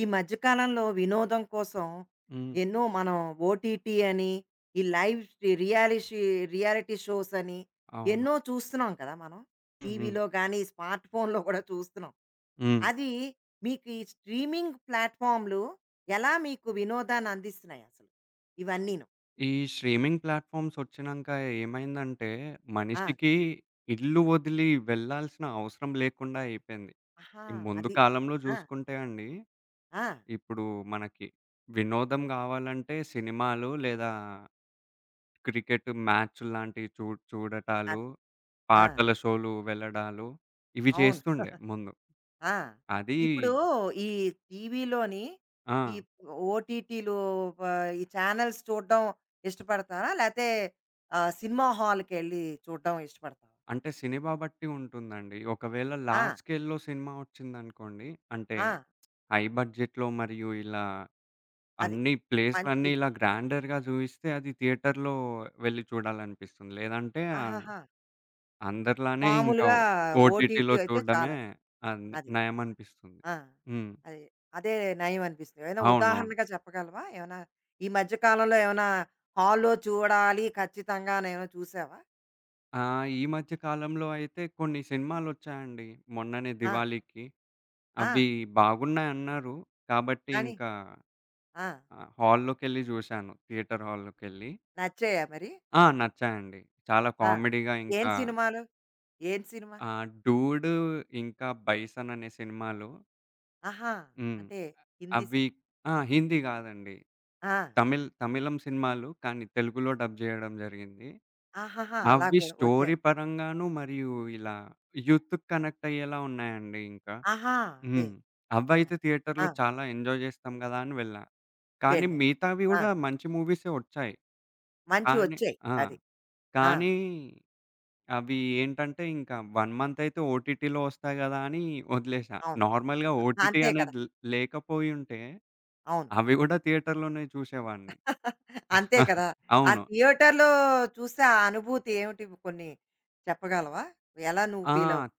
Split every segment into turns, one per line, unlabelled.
ఈ మధ్య కాలంలో వినోదం కోసం
హ్మ్.
ఎన్నో మనం ఓటీటీ అని, ఈ లైవ్ రియాలిషి రియాలిటీ షోస్ అని
అవును.
ఎన్నో చూస్తున్నాం కదా మనం.
హ్మ్. హ్మ్.
టీవీలో గానీ, స్మార్ట్ ఫోన్‌లో కూడా చూస్తున్నాం.
హ్మ్.
అది మీకు ఈ స్ట్రీమింగ్ ప్లాట్‌ఫార్మ్‌లు ఎలా మీకు వినోదాన్ని అందిస్తున్నాయి అసలు? ఇవన్నీను.
ఈ స్ట్రీమింగ్ ప్లాట్‌ఫార్మ్స్ ఒచ్చినంక ఏమైందంటే,
ఆ!
మనిషికి ఇల్లు వదిలి వెళ్ళాల్సిన అవసరం లేకుండా అయిపోయింది.
ఆహా!
ఈ ముందు
అది.
కాలంలో
ఆ!
జూసుకుంటే అండి,
ఆ!
ఇప్పుడు మనకి వినోదం గావాలంటే సినిమాలు లేదా క్రికెట్ మ్యాచ్‌ల్లాంటివి చూడటాలు,
అదే. ఆ!
పాటల షోలు వెళ్ళడాలు ఇవి
అవును.
చేస్తుండే ముందు.
ఆ!
అది
ఇప్పుడు ఈ టీవీలోని ఈ
ఆ!
ఓటీటీలు, ఈ చానెల్స్ చూడ్డం ఇష్టపడతారా? లేతే సినిమా హాల్‌కెళ్ళి చూడ్డం ఇష్టపడతావా?
అంటే సినిమా బట్టి ఉంటుందండి. ఒకవేళ
ఆ!
లార్జ్ స్కేల్‌లో సినిమా ఒచ్చిందనుకోండి, అంటే
ఆ!
హై బడ్జెట్‌లో మరియు ఇలా
అది.
అన్ని
మంచి.
ప్లేస్‌లన్నీ ఇలా గ్రాండర్‌గా జూయిస్తే అది థియేటర్‌లో వెళ్లి చూడాలనిపిస్తుంది. లేదంటే
ఆహాహా!
అందరిలానే ఇంకా
మామూలుగా
ఓటీటీలో
ఓటీటీ అయితే
చూడడమే
చాలా.
ఆహ్,
అది.
నయమనిపిస్తుంది.
ఆ!
హ్మ్.
అది. అదే నయం అనిపిస్తుంది. ఏమైనా
అవునవును.
ఉదాహరణగా చెప్పగలవా? ఏమైనా ఈ మధ్య కాలంలో ఏమైనా హాల్‌లో చూడాలి ఖచ్చితంగానేమైనా చూసావా?
ఆ! ఈ మధ్య కాలంలో అయితే కొన్ని సినిమాలొచ్చాయండి మొన్ననే
ఆ!
దివాళీకి.
ఆ!
అవి బాగున్నాయన్నారు. కాబట్టి
కానీ
ఇంకా
ఆ!
హాల్లోకెళ్ళి జూశాను, థియేటర్ హాల్లోకెళ్ళి.
నచ్చాయా మరి?
ఆ! నచ్చాయండి. చాలా
ఆ!
కామెడీగా
ఏం
ఇంకా
సినిమాలు? ఏం సినిమా?
ఆ! 'డూడ్' ఇంకా 'బైసన్' అనే సినిమాలు.
ఆహా!
హ్మ్.
అంటే హిందీ
అవి
సినిమా.
ఆ! హిందీ గాదండి.
ఆ!
తమిళం సినిమాలు కానీ తెలుగులో డబ్ జేయడం జరిగింది.
ఆహాహా! అలా
అవి
కూడా
స్టోరీ
వచ్చాయి.
పరంగాను మరియు ఇలా యూత్‌కి కనెక్ట్ అయ్యేలా ఉన్నాయండి ఇంకా.
ఆహా! అదే.
హ్మ్. అవైతే
అది. ఆ!
థియేటర్‌లో చాలా ఎంజాయ్ జేస్తాం గదా అని వెళ్ళా. కానీ
వెళ్ళారు.
మిగతావి
ఆ!
గూడా మంచి మూవీసే ఒచ్చాయి. కానీ
మంచివొచ్చాయి.
ఆ!
అది. ఆ!
కానీ, అవి ఏంటంటే ఇంకా 1 మంత్ అయితే ఓటీటీలో వస్తాయి గదా అని వదిలేసా.
అవును.
నార్మల్‌గా ఓటీటీ
అంతే కదా!
అనేది లేకపోయుంటే
అవును.
అవి గూడా థియేటర్‌లోనే చూసేవాడిని.
అంతే కదా! ఆ
అవును.
థియేటర్‌లో చూస్తే ఆ అనుభూతి ఏమిటి? కొన్ని చెప్పగలవా? ఎలా నువ్వు
ఆ!
ఫీలవుతావు?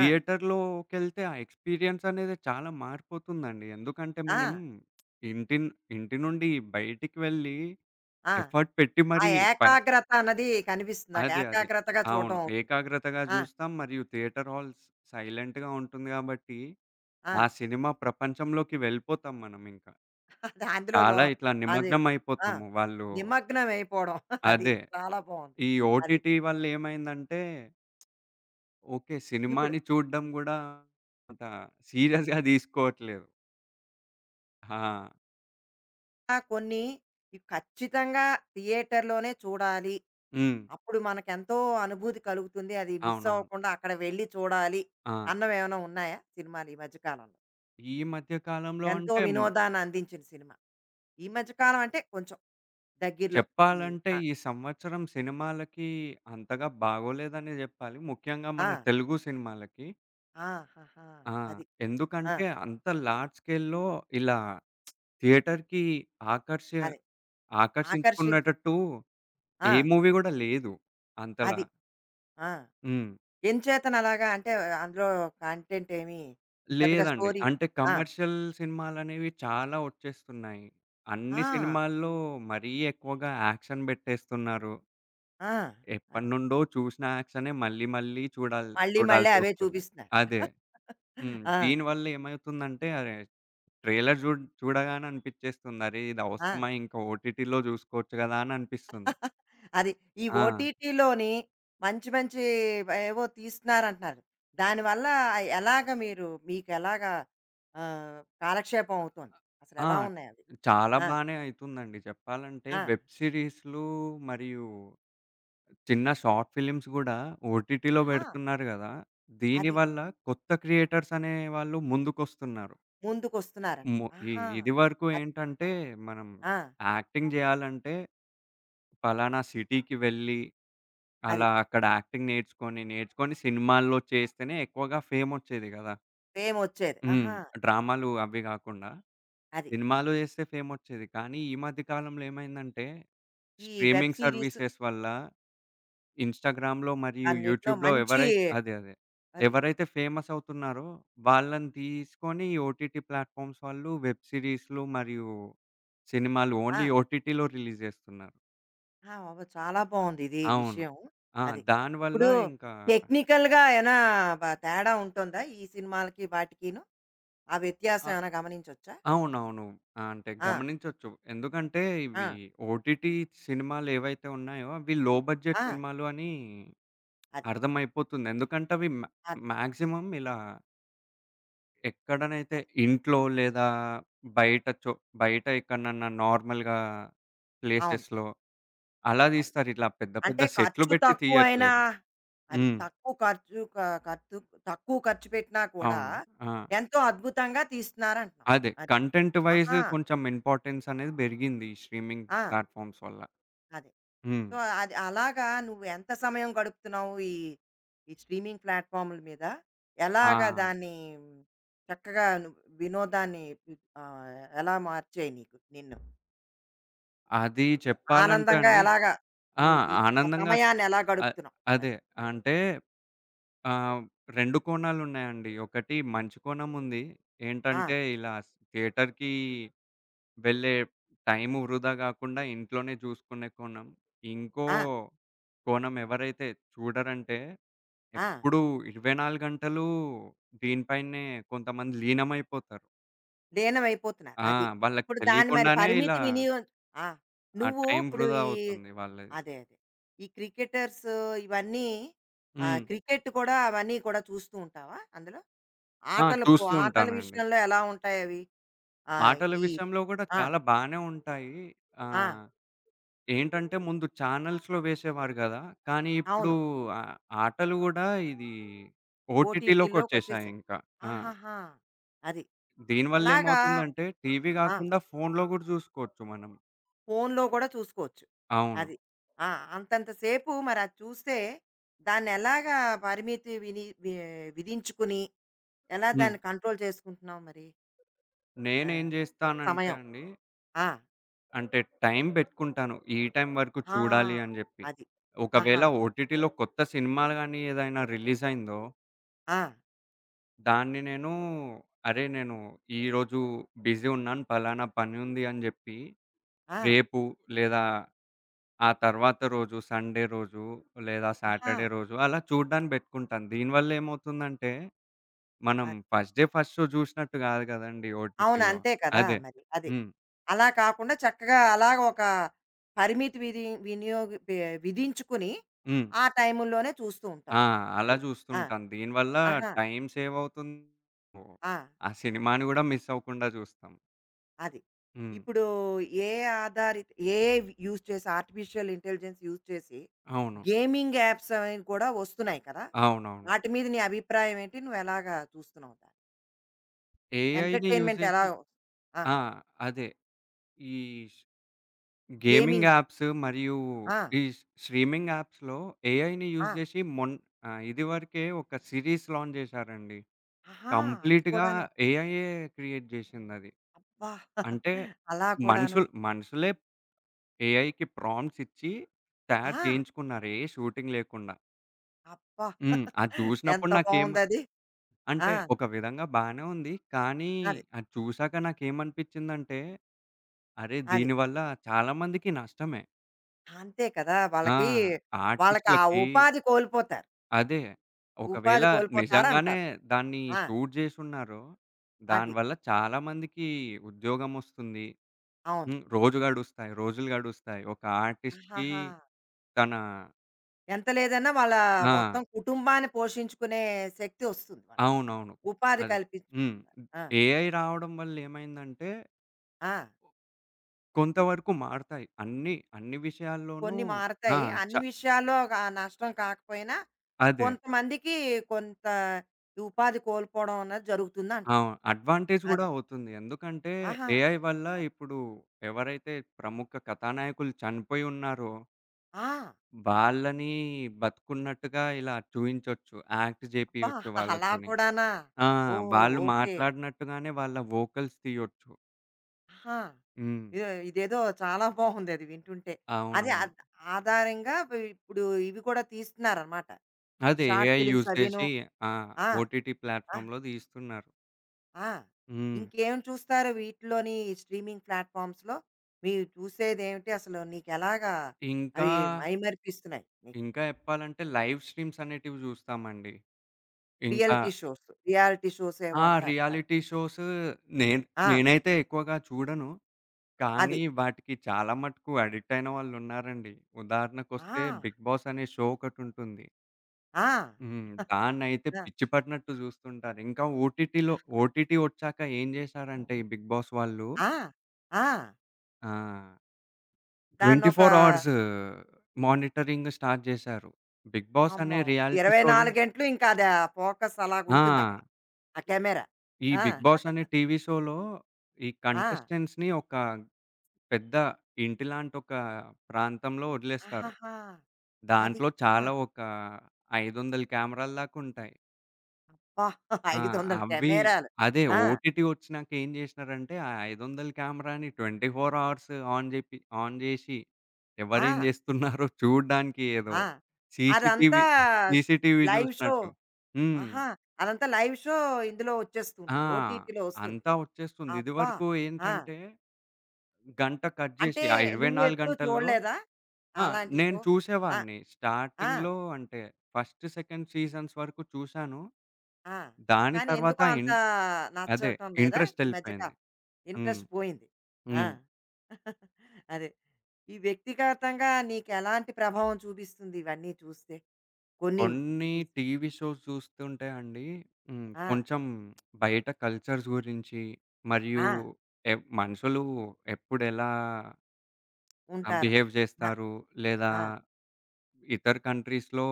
ఆ!
ఆ ఎక్స్‌పీరియన్స్ అనేది చాలా మారిపోతుందండి. ఎందుకంటే
ఆ!
మనం ఇంటిన్ ఇంటి నుండి బయటికి వెళ్ళి
ఆ!
ఎఫర్ట్ పెట్టి
ఆ
మరీ పై
ఏకాగ్రత అన్నది కనిపిస్తుంది. నాకు
అదే. అదే.
ఏకాగ్రతగా
అవును,
చూడడం అవుతుంది.
ఏకాగ్రతగా
ఆ!
జూస్తాం. మరియు థియేటర్ హాల్స్ సైలెంట్‌గా ఉంటుంది గాబట్టి
ఆ!
ఆ సినిమా ప్రపంచంలోకి వెళ్ళిపోతాం మనమింక.
అది అందులో లో
చాలా ఇట్లా
అది
నిమగ్నం
ఆ!
అయిపోతాము. వాళ్ళు
నిమగ్నమైపోవడం. అది
అదే.
చాలా బావుంది.
ఈ
అది.
ఓటీటీ వల్ల ఏమైందంటే, ఓకే,
ఇప్పుడు
సినిమాని చూడడం గూడా అంత సీరియస్‌గా తీసుకోవట్లేదు. ఆ!
ఆ! కొన్ని ఇవి ఖచ్చితంగా థియేటర్‌లోనే చూడాలి.
హ్మ్.
అప్పుడు మనకెంతో అనుభూతి కలుగుతుంది. అది మిస్
అవునవును.
అవ్వకుండా అక్కడ వెళ్లి చూడాలి
ఆ!
అన్నవేమైనా ఉన్నాయా సినిమాలు ఈ మధ్య కాలంలో?
ఈ మధ్య కాలంలో
ఎంతో
అంటే
వినోదాన్ని అందించిన సినిమా. ఈ మధ్య కాలం అంటే కొంచెం దగ్గరలో. ఈ
చెప్పాలంటే
ఆ!
ఈ సంవత్సరం సినిమాలకి అంతగా బాగోలేదనే జెప్పాలి. ముఖ్యంగా
ఆ!
మన తెలుగు సినిమాలకి.
ఆహాహా!
ఆ!
అది. ఆ!
ఎందుకంటే అంత లార్జ్ స్కేల్‌లో ఇలా థియేటర్‌కి ఆకర్ష
అది. ఆకర్షించ్
ఆకర్షించుకునేటట్టు
ఆ!
ఏ మూవీ గూడా లేదు అంతలా.
అది. ఆ!
హ్మ్.
ఎంచేతనలాగా అంటే అందులో కంటెంట్ ఏమి? పెద్దగా
లేదండి.
స్టోరీ.
అంటే
ఆ!
కమర్షియల్ సినిమాలనేవి చాలా వచ్చేస్తున్నాయి.
ఆ!
అన్ని సినిమాల్లో మరీ ఎక్కువగా యాక్షన్ బెట్టేస్తున్నారు.
ఆ! అది.
ఎప్పటినుండో చూసిన యాక్షనే మళ్ళీ మళ్ళీ
మళ్ళీ మళ్ళీ అవే
చూడాల్సొస్తుంది.
చూపిస్తున్నారు.
అదే. హ్మ్.
ఆ!
దీనివల్ల ఏమవుతుందంటే, అరే, ట్రైలర్ చూడగానే అనిపిచ్చేస్తుంది. అరే, ఇది
ఆ!
అవసరమా? ఇంకా ఓటీటీలో జూసుకోవచ్చు గదా అని అనిపిస్తుంది.
అది. ఈ
ఆ!
ఓటీటీలోని మంచి మంచి ఏవో తీస్తున్నారంటున్నారు. దానివల్ల ఎలాగ మీరు మీకెలాగా, కాలక్షేపం అవుతోంది?
ఆ!
అసలెలా ఉన్నాయి అవి?
చాలా
ఆ!
బానే అయితుందండి. చెప్పాలంటే
ఆ!
వెబ్ సీరీస్‌లు మరియు చిన్న షార్ట్ ఫిల్మ్స్ గూడా ఓటీటీలో
ఆహా!
పెడుతున్నారు గదా.
అది.
దీనివల్ల కొత్త క్రియేటర్స్ అనే వాళ్ళు ముందుకొస్తున్నారు.
ముందుకొస్తున్నారంట.
మొ ఇ
ఆహా!
ఇదివరకు
అది.
ఏంటంటే, మనం
ఆ!
యాక్టింగ్ జేయాలంటే పలానా సిటీకి వెళ్ళి,
అది.
అలా అక్కడ యాక్టింగ్ నేర్చుకొని, సినిమాల్లో చేస్తేనే ఎక్కువగా ఫేమొచ్చేది గదా.
ఫేమొచ్చేది.
హ్మ్.
ఆహా!
డ్రామాలు అవి గాకుండా,
అది.
సినిమాలు జేస్తే ఫేమొచ్చేది. కానీ ఈ మధ్య కాలంలో ఏమైందంటే,
ఈ వెబ్
స్ట్రీమింగ్
సీరీస్
సర్వీసెస్ వల్ల ఇన్‌స్టాగ్రామ్‌లో మరియు
అన్నిట్లో
యూట్యూబ్‌లో
మంచి
ఎవరైతే అదే. అదే.
అది.
ఎవరైతే ఫేమస్ అవుతున్నారో వాళ్ళని తీసుకొని ఓటీటీ ప్లాట్‌ఫామ్స్ వాళ్ళు వెబ్ సీరీస్‌లు మరియు సినిమాలు ఓన్లీ
ఆ!
ఓటీటీలో రిలీజ్ జేస్తున్నారు.
ఆ! అవ్వ చాలా బావుంది ఇది
అవును.
విషయం.
ఆ!
అది.
దానివల్ల
ఇప్పుడు
ఇంకా.
టెక్నికల్‌గా ఏమైనా తేడా ఉంటుందా? ఈ సినిమాలకి వాటికిను? ఆ వ్యత్యాసం ఏమైనా గమనించొచ్చా?
అవునవును. అంటే
ఆ!
గమనించొచ్చు. ఎందుకంటే
ఆ!
ఇవి ఓటీటీ సినిమాలేవైతే ఉన్నాయో అవి లో బడ్జెట్
ఆ!
సినిమాలు అని
అది.
అర్థమైపోతుంది. ఎందుకంటే అవి
అది.
మాక్సిమం ఇలా ఎక్కడనైతే
అది.
ఇంట్లో లేదా బయట చో బయట ఎక్కడనన్నా నార్మల్‌గా
అవును.
ప్లేసెస్‌లో అలా
అది.
తీస్తారు. ఇట్లా పెద్ద పెద్ద
అంటే
సెట్లు
ఖర్చు
పెట్టి
తక్కువైనా
తీయట్లేదు.
అది.
హ్మ్.
తక్కువ ఖర్చు ఖర్చు, తక్కువ ఖర్చు పెట్టినా కూడా
అవును. ఆ!
ఎంతో అద్భుతంగా తీస్తున్నారంటున్నావు.
అదే
అది.
కంటెంట్ వైస్
ఆహా!
కొంచెం ఇంపార్టెన్స్ అనేది పెరిగింది ఈ స్ట్రీమింగ్
ఆ!
ప్లాట్‌ఫార్మ్స్ వల్ల.
అది.
హ్మ్.
సో, అది అలాగా నువ్వు ఎంత సమయం గడుపుతున్నావు ఈ ఈ స్ట్రీమింగ్ ప్లాట్‌ఫార్మ్‌ల మీద? ఎలాగా
ఆ!
దాన్ని చక్కగా నువ్వు వినోదాన్ని, ఆహ్, ఎలా మార్చాయి నీకు నిన్ను?
అది చెప్పాలంటే
ఆనందంగా
అండి,
ఎలాగా
ఆ!
నువ్వు ఆ
ఆనందంగా
సమయాన్ని ఎలా
అద్
గడుపుతున్నావు నువ్వది?
అదే. అంటే ఆహ్, 2 కోణాలున్నాయండి. ఒకటి మంచి కోణం ఉంది.
ఆ!
ఏంటంటే ఇలా థియేటర్‌కి వెళ్ళే టైము వృధా గాకుండా ఇంట్లోనే చూసుకునే కోణం. ఇంకో
ఆ!
కోణం ఎవరైతే చూడరంటే
ఆ!
ఎప్పుడూ 24 గంటలు దీనిపైనే కొంతమంది లీనమైపోతారు.
లీనమైపోతున్నారు.
ఆ!
అది.
వాళ్ళకి
ఇప్పుడు దాన్ని మరి
తెలియకుండానే ఇలా
పరిమితి వినియోగం, ఆ!
ఆ
నువ్వు
టైం
ఇప్పుడు
వృధా
ఈ
అవుతుంది వాళ్ళది.
అదే. అదే. ఈ క్రికెటర్స్ ఇవన్నీ,
హ్మ్.
క్రికెట్ కూడా అవన్నీ కూడా చూస్తూ ఉంటావా అందులో?
ఆ!
ఆటలు పో
చూస్తూ
ఆటల
ఉంటానండి.
విషయంలో ఎలా ఉంటాయవి?
ఆటల
ఈ
విషయంలో గూడా
ఆ!
చాలా బానే ఉంటాయి.
ఆ!
ఆహ్, ఏంటంటే ముందు ఛానల్స్‌లో వేసేవారు గదా. కానీ ఇప్పుడు
అవును.
ఆ ఆటలు గూడా ఇది ఓటీటీలోకొచ్చేసాయి
ఓటీటీలోకొచ్చేసాయి.
ఇంకా. ఆ!
ఆహాహా! అది.
దీనివల్ల
అలాగా
ఏమవుతుందంటే, టీవీ
ఆ!
గాకుండా ఫోన్‌లో గూడా జూసుకోవచ్చు మనం.
ఫోనులో కూడా చూసుకోవచ్చు.
అవును.
అది. ఆ! అంతంత సేపు మరది చూస్తే దాన్నెలాగా పరిమితి విని వి విధించుకుని, ఎలా
హ్మ్.
దాన్ని కంట్రోల్ చేసుకుంటున్నావు మరి?
నేనేం
ఆహ్,
జేస్తానంటే
సమయం.
అండి,
ఆ!
అంటే టైం బెట్టుకుంటాను, ఈ టైం వరకు
ఆ!
చూడాలి అని జెప్పి.
అది.
ఒకవేళ
ఆహా!
ఓటీటీలో కొత్త సినిమాలు గాని ఏదైనా రిలీజ్ అయిందో
ఆ!
దాన్ని నేను, అరే, నేను ఈరోజు బిజీ ఉన్నాను, పలానా పని ఉంది అని జెప్పి,
ఆ!
రేపు లేదా ఆ తర్వాత రోజు సండే రోజు లేదా
ఆహా!
సాటర్డే రోజు అలా చూడ్డానికి బెట్టుకుంటాను. దీనివల్ల ఏమవుతుందంటే, మనం
అది.
ఫస్ట్ డే, ఫస్ట్ షో జూసినట్టు గాదు గదండీ
అవును.
ఓటీటీలో.
అంతే కదా!
అదే.
మరి. అది.
హ్మ్.
అలా కాకుండా చక్కగా అలాగ ఒక పరిమితి విధి వినియోగి పే విధించుకుని,
హ్మ్.
ఆ టైముల్లోనే చూస్తూ ఉంటాం.
ఆ! అలా
అది. ఆ!
జూస్తుంటాను. దీనివల్ల
ఆహా!
టైం సేవ్ అవుతుంది. ఓ,
ఆ!
ఆ సినిమాని గూడా మిస్ అవ్వకుండా జూస్తాం.
అది.
హ్మ్.
ఇప్పుడు ఏ ఆధారిత ఏఐ యూజ్ చేసి, ఆర్టిఫిషియల్ ఇంటెలిజెన్స్ యూజ్ చేసి
అవును.
గేమింగ్ యాప్స్ అనేవి కూడా వస్తున్నాయి కదా!
అవునవును.
వాటి మీద నీ అభిప్రాయం ఏంటి? నువ్వు ఎలాగా చూస్తున్నావు దాన్ని?
ఏఐని యూజ్
ఎంటర్‌టైన్‌మెంట్ ఎలా?
జేసి.
ఆ!
ఆ! అదే. ఈ ష్ గేమింగ్
గేమింగ్.
యాప్స్ మరియు
ఆ!
ఈ స్ట్రీమింగ్ యాప్స్‌లో ఏఐని
ఆ!
యూజ్ జేసి, ఇదివరకే ఒక సిరీస్ లాంచ్ జేశారండి.
ఆహా! అది
కంప్లీట్‌గా
కూడాను.
ఏఐయే క్రియేట్ జేసిందది.
అబ్బా!
అంటే
అలా కూడాను.
మనుషులే ఏఐకి ప్రాంప్ట్స్ ఇచ్చి తయారు
ఆ!
చేయించుకున్నారు, ఏ షూటింగ్ లేకుండా.
అబ్బా!
హ్మ్. అది జూసినప్పుడు
ఎంత
నాకేం,
బావుందది. ఆ!
అంటే ఒక విధంగా బానే ఉంది. కానీ
అది.
అది చూసాక నాకేమనిపించిందంటే, అరే,
అది.
దీనివల్ల చాలా మందికి నష్టమే.
అంతే కదా!
ఆ!
వాళ్ళకి, వాళ్ళకి ఆ
ఆర్టిస్ట్‌లకి
ఉపాధి కోల్పోతారు.
అదే. ఒకవేళ
ఉపాధి
నిజంగానే
కోల్పోతారంటారు.
దాన్ని
ఆ!
షూట్ జేసున్నారో,
అది.
దానివల్ల చాలా మందికి ఉద్యోగమొస్తుంది.
అవును.
హ్మ్. రోజు గడుస్తాయి. రోజులు గడుస్తాయి. ఒక ఆర్టిస్ట్‌కి
ఆహాహా!
తన,
ఎంత లేదన్నా వాళ్ళ
ఆ,
మొత్తం కుటుంబాన్ని పోషించుకునే శక్తి వస్తుంది వాళ్ళకి.
అవునవును.
ఉపాధి
అదే. హ్మ్.
కల్పించుకుంటారు. ఆ!
ఏఐ రావడం వల్లేమైందంటే,
ఆ!
కొంతవరకు మారతాయి. అన్ని విషయాల్లోనూ
కొన్ని
ఆ!
మారతాయి. అన్ని
చ
విషయాల్లో గా నష్టం కాకపోయినా,
అదే.
కొంతమందికి కొంత ఉపాధి కోల్పోవడం అన్నది
ఆ!
జరుగుతుందంటావు.
అడ్వాంటేజ్ గూడా
అది.
అవుతుంది. ఎందుకంటే
ఆహా!
ఏఐ వల్ల
అది.
ఇప్పుడు ఎవరైతే ప్రముఖ కథానాయకులు చనిపోయి ఉన్నారో,
ఆ!
వాళ్ళని బతికున్నట్టుగా ఇలా చూయించొచ్చు. యాక్ట్
అబ్బా!
జేపియొచ్చు
అలా
వాళ్ళతోని.
కూడానా?
ఆ!
ఓహ్!
వాళ్ళు
ఓకే.
మాట్లాడినట్టుగానే వాళ్ళ వోకల్స్ తీయొచ్చు.
ఆహా!
హ్మ్.
ఇదో ఇదేదో చాలా బావుందది వింటుంటే. అదే
అవునవును.
ఆధారంగా వి ఇప్పుడు ఇవి కూడా తీస్తున్నారనమాట. ఈ
అదే
షార్ట్
ఏఐ
ఫిల్మ్స్
యూజ్
అవిను.
జేసి ఆ!
ఆ!
ఓటీటీ
ఆ!
ప్లాట్‌ఫామ్‌లో దీస్తున్నారు.
ఆ!
హ్మ్.
ఇంకేం చూస్తారు వీటిలోని స్ట్రీమింగ్ ప్లాట్‌ఫార్మ్స్‌లో? మీరు చూసేదేమిటి అసలు? నీకెలాగా
ఇంకా,
అవి మైమరిపిస్తున్నాయి నీకు?
ఇంకా చెప్పాలంటే లైవ్ స్ట్రీమ్స్ అనేటివి జూస్తామండి. ఇంకా
రియలిటీ షోస్. రియాలిటీ షోస్ ఏమో
ఆ!
అంటారు మరి.
రియాలిటీ షోస్ నేను
ఆ!
నేనైతే ఎక్కువగా చూడను.
అది.
కానీ వాటికి చాలా మటుకు అడిక్ట్ అయిన వాళ్ళున్నారండి. ఉదాహరణకొస్తే
ఆ!
'బిగ్ బాస్' అనే షో ఒకటుంటుంది.
ఆ!
హ్మ్. దాన్నైతే పిచ్చి పట్టినట్టు చూస్తుంటారు. ఇంకా ఓటీటీలో ఓటీటీ వచ్చాక ఏం చేశారంటే, ఈ 'బిగ్ బాస్' వాళ్ళు
ఆ! ఆ!
ఆహ్,
దాన్నొక
24 అవర్స్ మానిటరింగ్ స్టార్ట్ చేశారు. 'బిగ్ బాస్' అనే
అమ్మో!
రియాలిటీ షోలో
24 గంటలు ఇంకా అది ఆ ఫోకస్
ఆ!
అలాగుంటుందక్కడ. ఆ కెమెరా.
ఈ
ఆ!
'బిగ్ బాస్' అనే టీవీ షోలో ఈ
ఆ!
కంటెస్టెంట్స్‌ని ఒక పెద్ద ఇంటిలాంటొక ప్రాంతంలో వదిలేస్తారు.
ఆహాహా! అది.
దాంట్లో
ఆ!
చాలా ఒక 500 కెమెరాల దాకుంటాయి.
అబ్బా!
ఆ!
500
అవ్వి
కెమెరాలు.
అదే
ఆ!
ఓటీటీ ఒచ్చినాక ఏం జేసినారంటే, ఆ 500 కెమెరాని 24 అవర్స్ ఆన్ జేసి, ఎవరేం
ఆ!
జేస్తున్నారో చూడ్డానికి ఏదో
ఆ! అదంతా
సీసీటీవీ,
ష్
సీసీటీవీ
లైవ్ షో.
జూసినట్టు. హ్మ్.
ఆహా! అదంతా లైవ్ షో ఇందులో వచ్చేస్తూ
ఆ!
ఉంటుంది. ఓటీటీలో వస్తుంది.
అంతా ఒచ్చేస్తుంది.
అబ్బా!
ఇదివరకు
ఆ!
ఏంటంటే, గంట కట్ జేసి,
అంటే
ఆ 24
నువ్వెప్పుడూ
గంటల్లో.
చూడలేదా?
ఆ!
అలాంటి
నేను
షో? ఆ!
చూసేవాడిని
ఆ!
స్టార్టింగ్‌లో, అంటే ఫస్ట్, సెకండ్ సీజన్స్ వరకు చూసాను.
ఆ!
దాని
కానీ
తర్వాత
ఎందుకో అంత
ఇన్ అదే
నచ్చటం లేదా?
ఇంట్రెస్ట్
ఈ మధ్య
ఎళ్ళిపోయింది. హ్మ్.
ఇంట్రెస్ట్ పోయింది. ఆ!
హ్మ్.
అదే. ఈ వ్యక్తిగతంగా నీకెలాంటి ప్రభావం చూపిస్తుంది ఇవన్నీ చూస్తే? కొన్ని
కొన్ని
చూసి?
టీవీ షోస్ చూస్తుంటే అండి, హ్మ్,
ఆ!
కొంచెం బయట కల్చర్స్ గురించి మరియు
ఆ!
ఎ మనుషులు ఎప్పుడెలా
ఉంటారు.
బిహేవ్
ఆ!
చేస్తారు? లేదా
ఆ!
ఇతర కంట్రీస్‌లో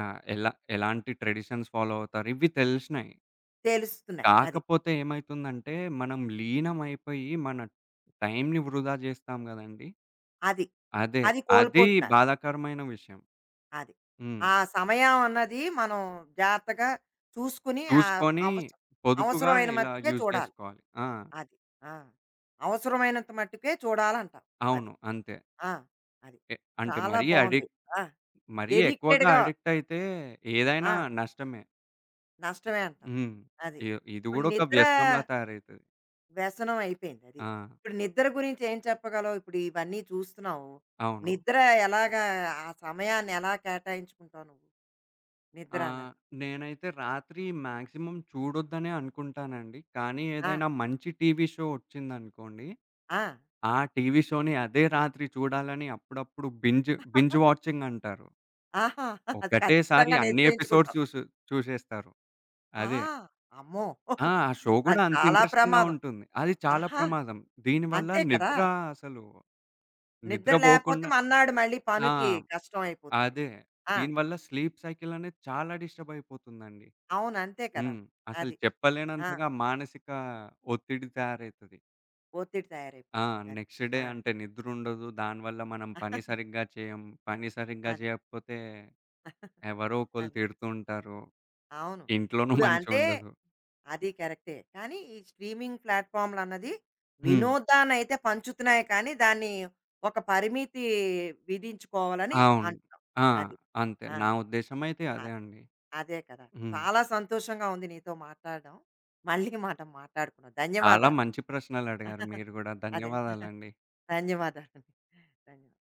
ఆహ్, ఎలా ఎలాంటి ట్రెడిషన్స్ ఫాలో అవుతారు? ఇవి తెలిసినాయి.
తెలుస్తున్నాయి. అది.
కాకపోతే ఏమైతుందంటే, మనం లీనమైపోయి మన టైంని వృధా జేస్తాం గదండీ.
అది.
అదే.
అది
అది
కోల్పోతున్నారు.
బాధాకరమైన విషయం.
అది.
హ్మ్.
ఆ సమయం అన్నది మనం జాగ్రత్తగా చూసుకుని, ఆహ్,
చూసుకొని
అవస
పొదుపుగా
అవసరమైన
ఇలా
మట్టుకే
యూజ్
చూడాలి.
జేసుకోవాలి. ఆ!
అది. ఆ! అవసరమైనంత మట్టుకే చూడాలంటావు. అది.
అవును. అంతే.
ఆ! అది.
ఎ అంటే
చాలా
మరీ
బావుంది.
అడిక్ట్,
ఆ!
మరీ ఎక్కువగా
ఎడిక్టెడ్‌గా
అడిక్ట్ అయితే
ఆ!
ఏదైనా నష్టమే.
నష్టమే అంటావు.
హ్మ్.
అది.
ఇ ఇది
ఇప్పుడు
గూడా ఒక
నిద్ర
వ్యసనంలా తయారైతది.
వ్యసనం అయిపోయింది అది.
ఆ!
ఇప్పుడు నిద్ర గురించి ఏం చెప్పగలవు? ఇప్పుడు ఇవన్నీ చూస్తున్నావు.
అవును.
నిద్ర ఎలాగా ఆ సమయాన్ని ఎలా కేటాయించుకుంటావు నువ్వు? నిద్ర
ఆ!
అన్నది.
నేనైతే రాత్రి మాక్సిమం చూడొద్దనే అనుకుంటానండి. కానీ
ఆ!
ఏదైనా మంచి టీవీ షో ఒచ్చిందనుకోండి,
ఆ!
ఆ టీవీ షోని అదే రాత్రి చూడాలని అప్పుడప్పుడు, బింజ్ బింజ్ వాచింగ్ అంటారు,
ఆహా! అది
ఒకటేసారి
ఖచ్చితంగా
అన్ని ఎపిసోడ్స్
నిశ్చయించుకుంటావు.
చూసేస్తారు.
ఆ!
అదే.
అమ్మో!
ఆ! ఆ షో గూడా
అది
అంత
చాలా
ఇంట్రెస్టింగ్‌గా
ప్రమాదం.
ఉంటుంది. అది చాలా
ఆహా!
ప్రమాదం. దీనివల్ల
అంతే కదా!
నిద్ర, అసలు
నిద్ర లేపోతే
నిద్రబోకుండా
మర్నాడు మళ్ళీ
ఆ!
పనికి కష్టం అయిపోతుంది.
అదే.
ఆ!
దీనివల్ల స్లీప్ సైకిల్ అనేది చాలా డిస్టర్బ్ అయిపోతుందండి.
అవును. అంతే కదా!
హ్మ్. అసలు
అది. ఆ!
చెప్పలేనంతగా మానసిక ఒత్తిడి తయారైతది.
ఒత్తిడి
ఆ!
తయారైపోతుంది. అది.
నెక్స్ట్ డే
ఆ!
అంటే నిద్రుండదు. దానివల్ల మనం పని సరిగ్గా చేయం. పని సరిగ్గా
అదే.
చేయకపోతే ఎవరో ఒకళ్ళు
అది.
తిడుతూ ఉంటారు.
అవును.
ఇంట్లోనూ
ఇప్పుడు అంటే
మంచుండదు.
అది కరెక్టే. కానీ, ఈ స్ట్రీమింగ్ ప్లాట్‌ఫార్మ్‌లన్నది
హ్మ్.
వినోదాన్నయితే పంచుతున్నాయి కానీ, దాన్ని ఒక పరిమితి విధించుకోవాలని
అవును.
అంటున్నావు.
ఆ!
అది.
అంతే.
ఆ!
నా ఉద్దేశ్యం అయితే
అ
అదే అండి.
అదే కదా!
హ్మ్.
చాలా సంతోషంగా ఉంది నీతో మాట్లాడడం. మళ్ళీ మనం మాట్లాడుకుందాం.
చాలా
ధన్యవాదాలు.
మంచి ప్రశ్నలడిగారు మీరు గూడా.
అదే.
ధన్యవాదాలండి.
ధన్యవాదాలండి. ధన్యవాదాలు.